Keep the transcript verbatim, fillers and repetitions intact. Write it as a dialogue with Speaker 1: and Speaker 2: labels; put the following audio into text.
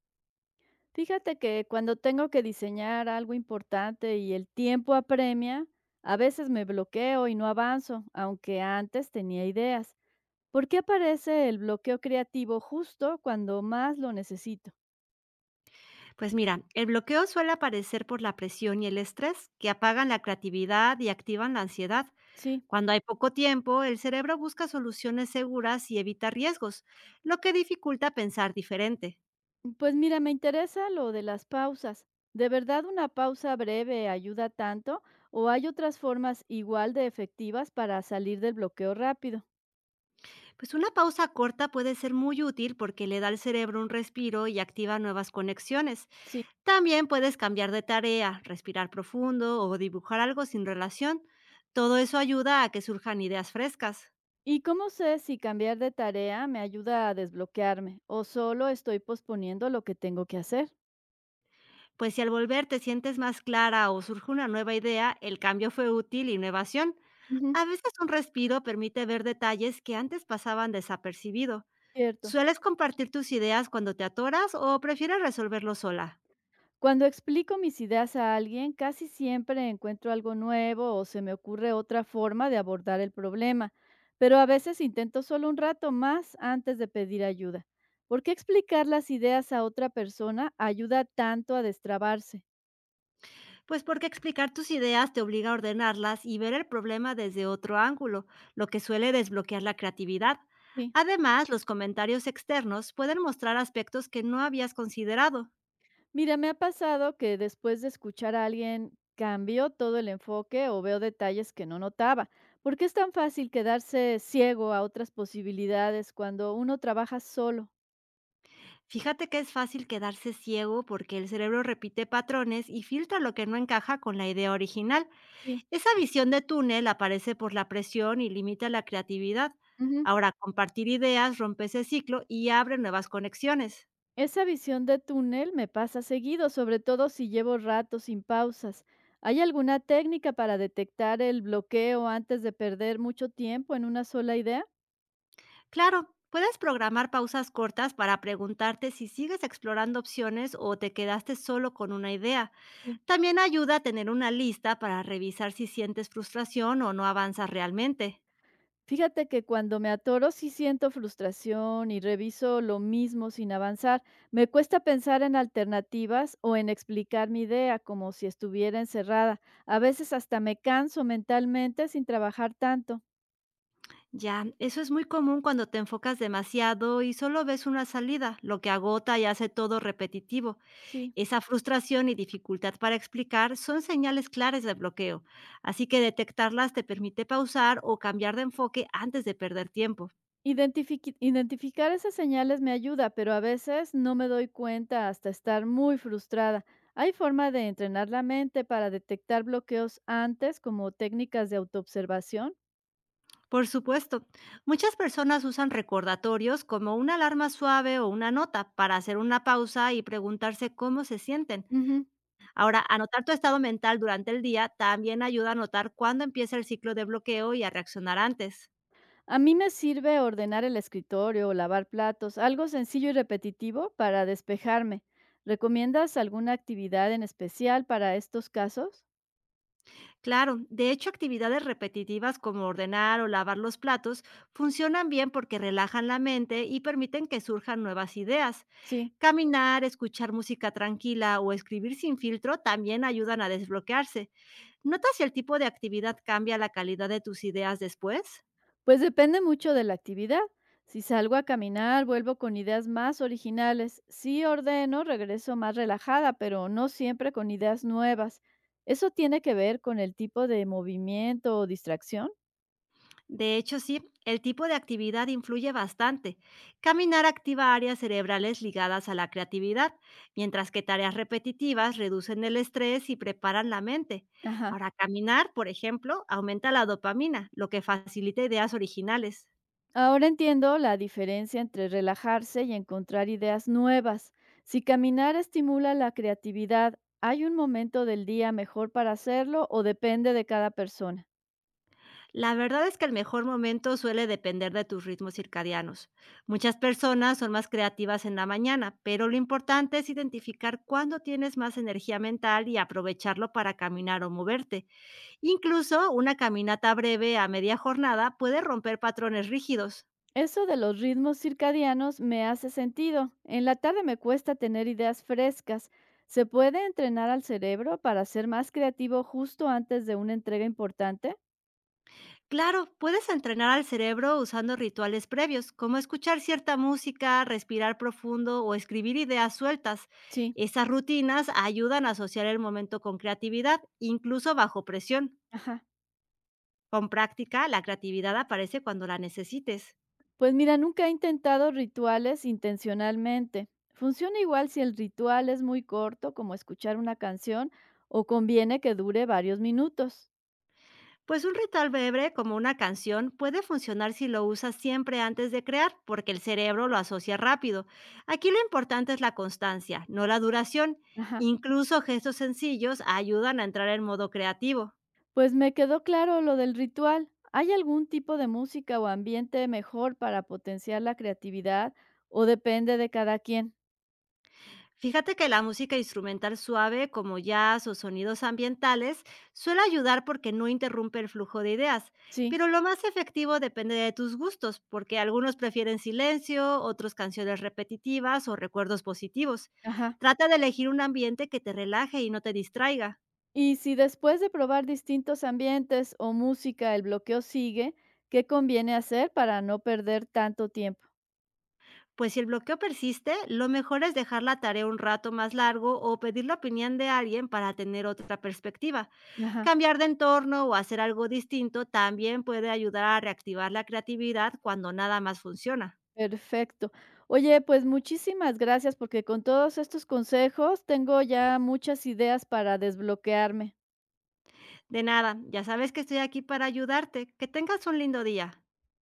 Speaker 1: Fíjate que cuando tengo que diseñar algo importante y el tiempo apremia, a veces me bloqueo y no avanzo, aunque antes tenía ideas. ¿Por qué aparece el bloqueo creativo justo cuando más lo necesito?
Speaker 2: Pues mira, el bloqueo suele aparecer por la presión y el estrés, que apagan la creatividad y activan la ansiedad.
Speaker 1: Sí,
Speaker 2: Cuando hay poco tiempo, el cerebro busca soluciones seguras y evita riesgos, lo que dificulta pensar diferente.
Speaker 1: pues mira, me interesa lo de las pausas. ¿De verdad una pausa breve ayuda tanto o hay otras formas igual de efectivas para salir del bloqueo rápido?
Speaker 2: Pues una pausa corta puede ser muy útil porque le da al cerebro un respiro y activa nuevas conexiones.
Speaker 1: Sí.
Speaker 2: También puedes cambiar de tarea, respirar profundo o dibujar algo sin relación. Todo eso ayuda a que surjan ideas frescas.
Speaker 1: ¿Y cómo sé si cambiar de tarea me ayuda a desbloquearme o solo estoy posponiendo lo que tengo que hacer?
Speaker 2: Pues si al volver te sientes más clara o surge una nueva idea, el cambio fue útil y innovación.
Speaker 1: Ujú.
Speaker 2: A veces un respiro permite ver detalles que antes pasaban desapercibido.
Speaker 1: Cierto.
Speaker 2: ¿Sueles compartir tus ideas cuando te atoras o prefieres resolverlo sola?
Speaker 1: Cuando explico mis ideas a alguien, casi siempre encuentro algo nuevo o se me ocurre otra forma de abordar el problema, pero a veces intento solo un rato más antes de pedir ayuda. ¿Por qué explicar las ideas a otra persona ayuda tanto a destrabarse?
Speaker 2: Pues porque explicar tus ideas te obliga a ordenarlas y ver el problema desde otro ángulo, lo que suele desbloquear la creatividad.
Speaker 1: Sí.
Speaker 2: Además, los comentarios externos pueden mostrar aspectos que no habías considerado.
Speaker 1: Mira, me ha pasado que después de escuchar a alguien cambio todo el enfoque o veo detalles que no notaba. ¿Por qué es tan fácil quedarse ciego a otras posibilidades cuando uno trabaja solo?
Speaker 2: Fíjate que es fácil quedarse ciego porque el cerebro repite patrones y filtra lo que no encaja con la idea original.
Speaker 1: Sí.
Speaker 2: Esa visión de túnel aparece por la presión y limita la creatividad.
Speaker 1: Ujú.
Speaker 2: Ahora, compartir ideas rompe ese ciclo y abre nuevas conexiones.
Speaker 1: Esa visión de túnel me pasa seguido, sobre todo si llevo rato sin pausas. ¿Hay alguna técnica para detectar el bloqueo antes de perder mucho tiempo en una sola idea?
Speaker 2: Claro, puedes programar pausas cortas para preguntarte si sigues explorando opciones o te quedaste solo con una idea.
Speaker 1: Sí.
Speaker 2: También ayuda a tener una lista para revisar si sientes frustración o no avanzas realmente.
Speaker 1: Fíjate que cuando me atoro sí siento frustración y reviso lo mismo sin avanzar. Me cuesta pensar en alternativas o en explicar mi idea como si estuviera encerrada. A veces hasta me canso mentalmente sin trabajar tanto.
Speaker 2: Ya, eso es muy común cuando te enfocas demasiado y solo ves una salida, lo que agota y hace todo repetitivo.
Speaker 1: Sí.
Speaker 2: Esa frustración y dificultad para explicar son señales claras de bloqueo, así que detectarlas te permite pausar o cambiar de enfoque antes de perder tiempo.
Speaker 1: Identifiqui- identificar esas señales me ayuda, pero a veces no me doy cuenta hasta estar muy frustrada. ¿Hay forma de entrenar la mente para detectar bloqueos antes como técnicas de autoobservación?
Speaker 2: Por supuesto, muchas personas usan recordatorios como una alarma suave o una nota para hacer una pausa y preguntarse cómo se sienten. Ahora, anotar tu estado mental durante el día también ayuda a notar cuándo empieza el ciclo de bloqueo y a reaccionar antes.
Speaker 1: A mí me sirve ordenar el escritorio o lavar platos, algo sencillo y repetitivo para despejarme. ¿Recomiendas alguna actividad en especial para estos casos?
Speaker 2: Claro, de hecho, actividades repetitivas como ordenar o lavar los platos funcionan bien porque relajan la mente y permiten que surjan nuevas ideas.
Speaker 1: Sí,
Speaker 2: Caminar, escuchar música tranquila o escribir sin filtro también ayudan a desbloquearse. ¿Notas si el tipo de actividad cambia la calidad de tus ideas después?
Speaker 1: pues depende mucho de la actividad. Si salgo a caminar, vuelvo con ideas más originales. Si ordeno, regreso más relajada, pero no siempre con ideas nuevas. ¿Eso tiene que ver con el tipo de movimiento o distracción?
Speaker 2: De hecho, sí, el tipo de actividad influye bastante. Caminar activa áreas cerebrales ligadas a la creatividad, mientras que tareas repetitivas reducen el estrés y preparan la mente.
Speaker 1: Ajá.
Speaker 2: Ahora, caminar, por ejemplo, aumenta la dopamina, lo que facilita ideas originales.
Speaker 1: Ahora entiendo la diferencia entre relajarse y encontrar ideas nuevas. Si caminar estimula la creatividad, ¿hay un momento del día mejor para hacerlo o depende de cada persona?
Speaker 2: La verdad es que el mejor momento suele depender de tus ritmos circadianos. Muchas personas son más creativas en la mañana, pero lo importante es identificar cuándo tienes más energía mental y aprovecharlo para caminar o moverte. Incluso una caminata breve a media jornada puede romper patrones rígidos.
Speaker 1: Eso de los ritmos circadianos me hace sentido. En la tarde me cuesta tener ideas frescas. ¿Se puede entrenar al cerebro para ser más creativo justo antes de una entrega importante?
Speaker 2: Claro, puedes entrenar al cerebro usando rituales previos, como escuchar cierta música, respirar profundo o escribir ideas sueltas.
Speaker 1: Sí.
Speaker 2: Esas rutinas ayudan a asociar el momento con creatividad, incluso bajo presión.
Speaker 1: Ajá.
Speaker 2: Con práctica, la creatividad aparece cuando la necesites.
Speaker 1: Pues mira, nunca he intentado rituales intencionalmente. Funciona igual si el ritual es muy corto, como escuchar una canción, o conviene que dure varios minutos.
Speaker 2: Pues un ritual breve como una canción puede funcionar si lo usas siempre antes de crear, porque el cerebro lo asocia rápido. Aquí lo importante es la constancia, no la duración.
Speaker 1: Ajá.
Speaker 2: Incluso gestos sencillos ayudan a entrar en modo creativo.
Speaker 1: Pues me quedó claro lo del ritual. ¿Hay algún tipo de música o ambiente mejor para potenciar la creatividad o depende de cada quien?
Speaker 2: Fíjate que la música instrumental suave, como jazz o sonidos ambientales, suele ayudar porque no interrumpe el flujo de ideas,
Speaker 1: Sí.
Speaker 2: pero lo más efectivo depende de tus gustos, porque algunos prefieren silencio, otros canciones repetitivas o recuerdos positivos.
Speaker 1: Ajá.
Speaker 2: Trata de elegir un ambiente que te relaje y no te distraiga.
Speaker 1: Y si después de probar distintos ambientes o música el bloqueo sigue, ¿qué conviene hacer para no perder tanto tiempo?
Speaker 2: Pues si el bloqueo persiste, lo mejor es dejar la tarea un rato más largo o pedir la opinión de alguien para tener otra perspectiva.
Speaker 1: Ajá.
Speaker 2: Cambiar de entorno o hacer algo distinto también puede ayudar a reactivar la creatividad cuando nada más funciona.
Speaker 1: Perfecto. Oye, pues muchísimas gracias porque con todos estos consejos tengo ya muchas ideas para desbloquearme.
Speaker 2: De nada, ya sabes que estoy aquí para ayudarte. Que tengas un lindo día.